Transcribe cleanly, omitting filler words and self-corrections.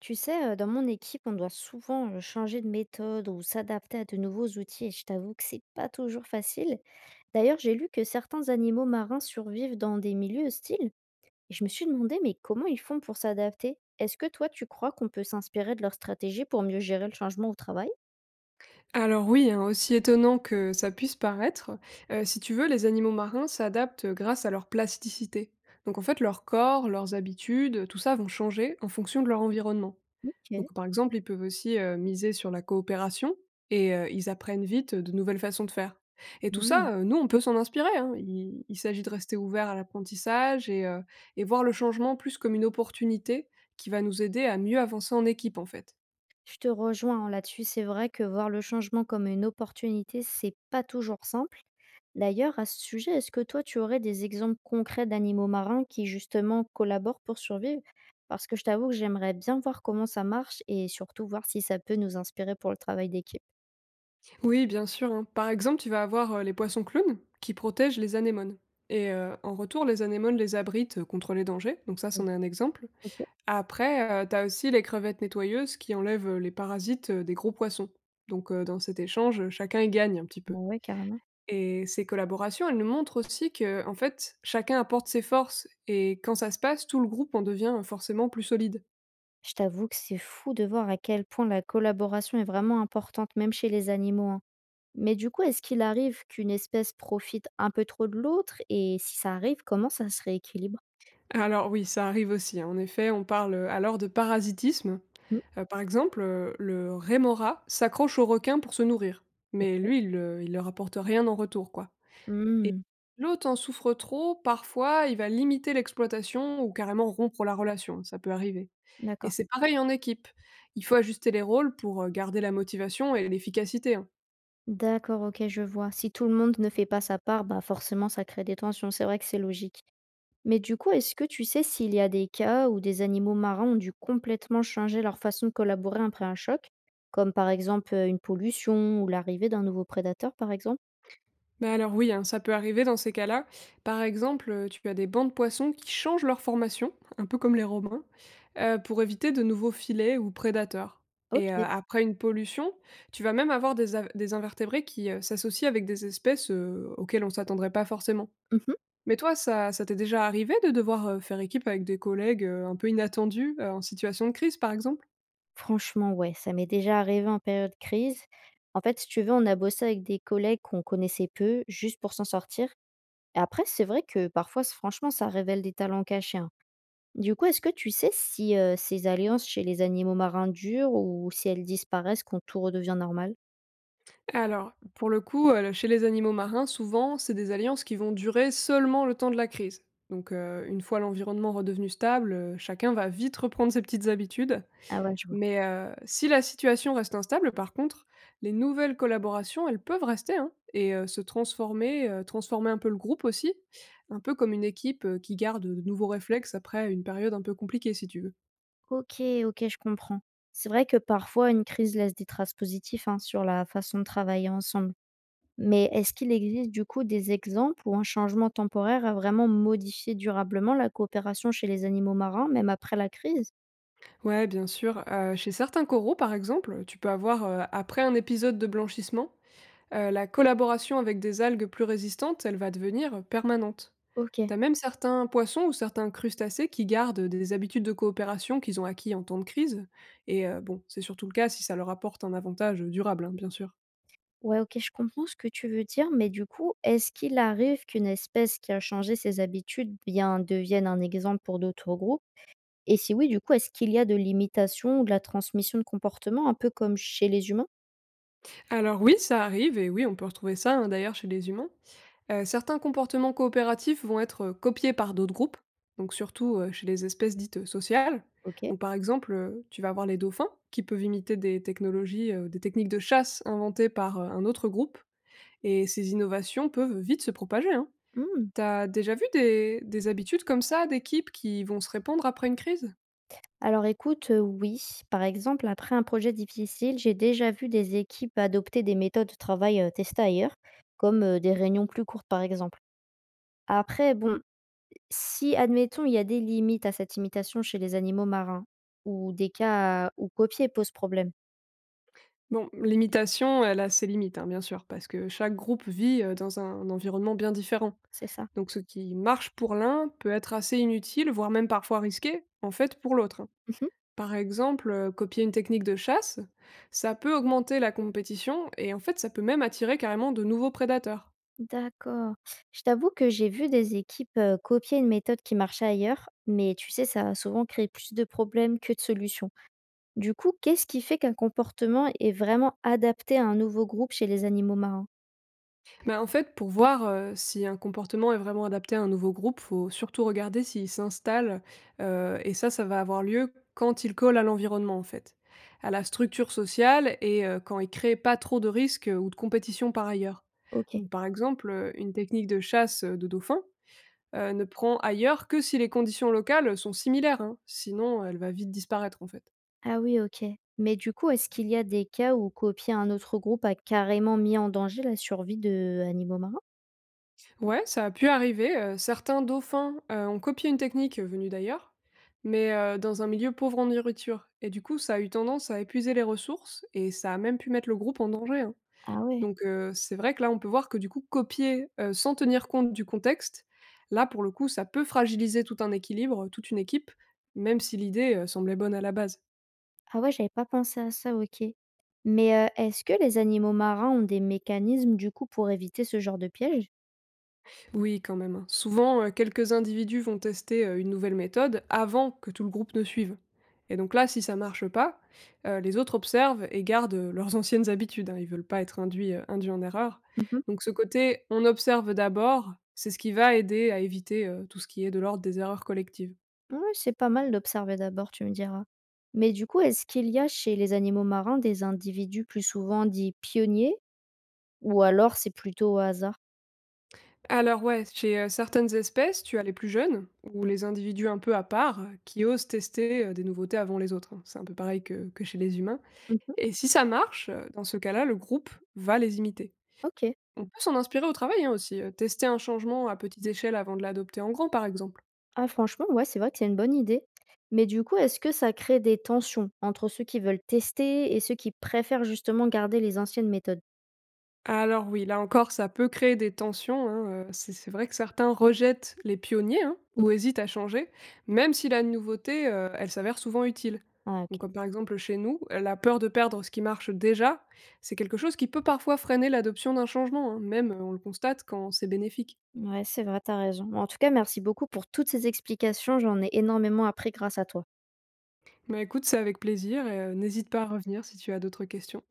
Tu sais, dans mon équipe, on doit souvent, changer de méthode ou s'adapter à de nouveaux outils et je t'avoue que c'est pas toujours facile. D'ailleurs, j'ai lu que certains animaux marins survivent dans des milieux hostiles et je me suis demandé, mais comment ils font pour s'adapter? Est-ce que toi, tu crois qu'on peut s'inspirer de leur stratégie pour mieux gérer le changement au travail? Alors oui, hein, aussi étonnant que ça puisse paraître, si tu veux, les animaux marins s'adaptent grâce à leur plasticité. Donc en fait, leur corps, leurs habitudes, tout ça vont changer en fonction de leur environnement. OK. Donc par exemple, ils peuvent aussi miser sur la coopération et ils apprennent vite de nouvelles façons de faire. Et tout Mmh. ça, nous, on peut s'en inspirer, hein. Il s'agit de rester ouvert à l'apprentissage et, voir le changement plus comme une opportunité qui va nous aider à mieux avancer en équipe en fait. Je te rejoins hein, là-dessus. C'est vrai que voir le changement comme une opportunité, c'est pas toujours simple. D'ailleurs, à ce sujet, est-ce que toi, tu aurais des exemples concrets d'animaux marins qui justement collaborent pour survivre? Parce que je t'avoue que j'aimerais bien voir comment ça marche et surtout voir si ça peut nous inspirer pour le travail d'équipe. Oui, bien sûr, hein. Par exemple, tu vas avoir les poissons clowns qui protègent les anémones. Et en retour, les anémones les abritent contre les dangers. Donc ça, Mm. c'en est un exemple. Ok, Après, tu as aussi les crevettes nettoyeuses qui enlèvent les parasites des gros poissons. Donc dans cet échange, chacun y gagne un petit bah peu. ouais, carrément. Et ces collaborations, elles nous montrent aussi que, en fait, chacun apporte ses forces. Et quand ça se passe, tout le groupe en devient forcément plus solide. Je t'avoue que c'est fou de voir à quel point la collaboration est vraiment importante, même chez les animaux, hein. Mais du coup, est-ce qu'il arrive qu'une espèce profite un peu trop de l'autre? Et si ça arrive, comment ça se rééquilibre? Alors oui, ça arrive aussi, hein. En effet, on parle alors de parasitisme. Mmh. Par exemple, le rémora s'accroche au requin pour se nourrir, mais Oh, lui, il leur apporte rien en retour, quoi, et mmh. l'autre en souffre trop, parfois, il va limiter l'exploitation ou carrément rompre la relation, ça peut arriver, et D'accord. c'est pareil en équipe. Il faut ajuster les rôles pour, garder la motivation et l'efficacité, hein. D'accord, OK, je vois. Si tout le monde ne fait pas sa part, bah, forcément, ça crée des tensions. C'est vrai que c'est logique. Mais du coup, est-ce que tu sais s'il y a des cas où des animaux marins ont dû complètement changer leur façon de collaborer après un choc? Comme par exemple, une pollution ou l'arrivée d'un nouveau prédateur, par exemple? Bah alors oui, hein, ça peut arriver dans ces cas-là. Par exemple, tu as des bancs de poissons qui changent leur formation, un peu comme les Romains, pour éviter de nouveaux filets ou prédateurs. Et OK. après une pollution, tu vas même avoir des invertébrés qui s'associent avec des espèces auxquelles on s'attendrait pas forcément. Mmh. Mais toi, ça t'est déjà arrivé de devoir faire équipe avec des collègues un peu inattendus en situation de crise, par exemple. Franchement, ouais, ça m'est déjà arrivé en période crise. En fait, si tu veux, on a bossé avec des collègues qu'on connaissait peu, juste pour s'en sortir. Et après, c'est vrai que parfois, s franchement, ça révèle des talents cachés, hein. Du coup, est-ce que tu sais si, ces alliances chez les animaux marins durent ou si elles disparaissent quand tout redevient normal? Alors, pour le coup, chez les animaux marins, souvent, c'est des alliances qui vont durer seulement le temps de la crise. Donc, une fois l'environnement redevenu stable, chacun va vite reprendre ses petites habitudes. Ah ouais, je vois. Mais, si la situation reste instable, par contre, les nouvelles collaborations, elles peuvent rester, hein, et transformer un peu le groupe aussi, un peu comme une équipe, qui garde de nouveaux réflexes après une période un peu compliquée, si tu veux. OK, OK, je comprends. C'est vrai que parfois une crise laisse des traces positives, hein, sur la façon de travailler ensemble. Mais est-ce qu'il existe du coup des exemples où un changement temporaire a vraiment modifié durablement la coopération chez les animaux marins, même après la crise? Ouais, bien sûr, chez certains coraux, par exemple, tu peux avoir, après un épisode de blanchissement, la collaboration avec des algues plus résistantes, elle va devenir permanente. OK. T'as même certains poissons ou certains crustacés qui gardent des habitudes de coopération qu'ils ont acquis en temps de crise. Et bon, c'est surtout le cas si ça leur apporte un avantage durable, hein, bien sûr. Ouais, OK, je comprends ce que tu veux dire, mais du coup, est-ce qu'il arrive qu'une espèce qui a changé ses habitudes, bien, devienne un exemple pour d'autres groupes? Et si oui, du coup, est-ce qu'il y a de l'imitation ou de la transmission de comportement, un peu comme chez les humains? Alors oui, ça arrive, et oui, on peut retrouver ça, hein, d'ailleurs chez les humains. Certains comportements coopératifs vont être copiés par d'autres groupes, donc surtout chez les espèces dites sociales. OK. Donc par exemple, tu vas avoir les dauphins qui peuvent imiter des technologies, des techniques de chasse inventées par un autre groupe, et ces innovations peuvent vite se propager, hein. Mmh. T'as déjà vu des habitudes comme ça d'équipes qui vont se répandre après une crise? Alors écoute, oui, par exemple, après un projet difficile, j'ai déjà vu des équipes adopter des méthodes de travail, testées ailleurs, comme, des réunions plus courtes, par exemple. Après, bon, si, admettons, il y a des limites à cette imitation chez les animaux marins ou des cas où copier pose problème, Bon, l'imitation, elle a ses limites, hein, bien sûr, parce que chaque groupe vit dans un environnement bien différent. c'est ça? Donc ce qui marche pour l'un peut être assez inutile, voire même parfois risqué, en fait, pour l'autre, hein. Mmh. Par exemple, copier une technique de chasse, ça peut augmenter la compétition et en fait, ça peut même attirer carrément de nouveaux prédateurs. D'accord. Je t'avoue que j'ai vu des équipes, copier une méthode qui marchait ailleurs, mais tu sais, ça a souvent créé plus de problèmes que de solutions. Du coup, qu'est-ce qui fait qu'un comportement est vraiment adapté à un nouveau groupe chez les animaux marins? Mais en fait, pour voir, si un comportement est vraiment adapté à un nouveau groupe, faut surtout regarder s'il s'installe, et ça va avoir lieu quand il colle à l'environnement, en fait, à la structure sociale et quand il crée pas trop de risques, ou de compétition par ailleurs. OK. Donc par exemple, une technique de chasse, de dauphin ne prend ailleurs que si les conditions locales, sont similaires, hein, sinon elle va vite disparaître, en fait. Ah oui, OK. Mais du coup, est-ce qu'il y a des cas où copier un autre groupe a carrément mis en danger la survie de animaux marins? Ouais, ça a pu arriver. Certains dauphins, ont copié une technique, venue d'ailleurs, mais dans un milieu pauvre en nourriture et du coup, ça a eu tendance à épuiser les ressources et ça a même pu mettre le groupe en danger, hein. Ah ouais. Donc c'est vrai que là, on peut voir que du coup, copier, sans tenir compte du contexte, là, pour le coup, ça peut fragiliser tout un équilibre, toute une équipe, même si l'idée, semblait bonne à la base. Ah ouais, j'avais pas pensé à ça, OK. Mais, est-ce que les animaux marins ont des mécanismes, du coup, pour éviter ce genre de piège? Oui, quand même, hein. Souvent, quelques individus vont tester, une nouvelle méthode avant que tout le groupe ne suive, et donc là, si ça marche pas, les autres observent et gardent, leurs anciennes habitudes, hein. Ils veulent pas être induits en erreur. Mmh. Donc ce côté «on observe d'abord», c'est ce qui va aider à éviter, tout ce qui est de l'ordre des erreurs collectives. Ouais, c'est pas mal d'observer d'abord, tu me diras. Mais du coup, est-ce qu'il y a chez les animaux marins des individus plus souvent dits pionniers ou alors c'est plutôt au hasard? Alors ouais, chez, certaines espèces, tu as les plus jeunes ou les individus un peu à part, qui osent tester, des nouveautés avant les autres, hein. C'est un peu pareil que chez les humains. Mmh. Et si ça marche, dans ce cas-là, le groupe va les imiter. OK. On peut s'en inspirer au travail, hein, aussi, tester un changement à petite échelle avant de l'adopter en grand, par exemple. Ah franchement, ouais, c'est vrai que c'est une bonne idée. Mais du coup, est-ce que ça crée des tensions entre ceux qui veulent tester et ceux qui préfèrent justement garder les anciennes méthodes? Alors oui, là encore, ça peut créer des tensions, hein, c'est vrai que certains rejettent les pionniers, hein, ou hésitent à changer, même si la nouveauté, elle s'avère souvent utile. Ah Donc OK. comme par exemple chez nous, la peur de perdre ce qui marche déjà, c'est quelque chose qui peut parfois freiner l'adoption d'un changement, hein, même, on le constate quand c'est bénéfique. Ouais, c'est vrai, t'as raison. En tout cas, merci beaucoup pour toutes ces explications, j'en ai énormément appris grâce à toi. Mais écoute, c'est avec plaisir et n'hésite pas à revenir si tu as d'autres questions.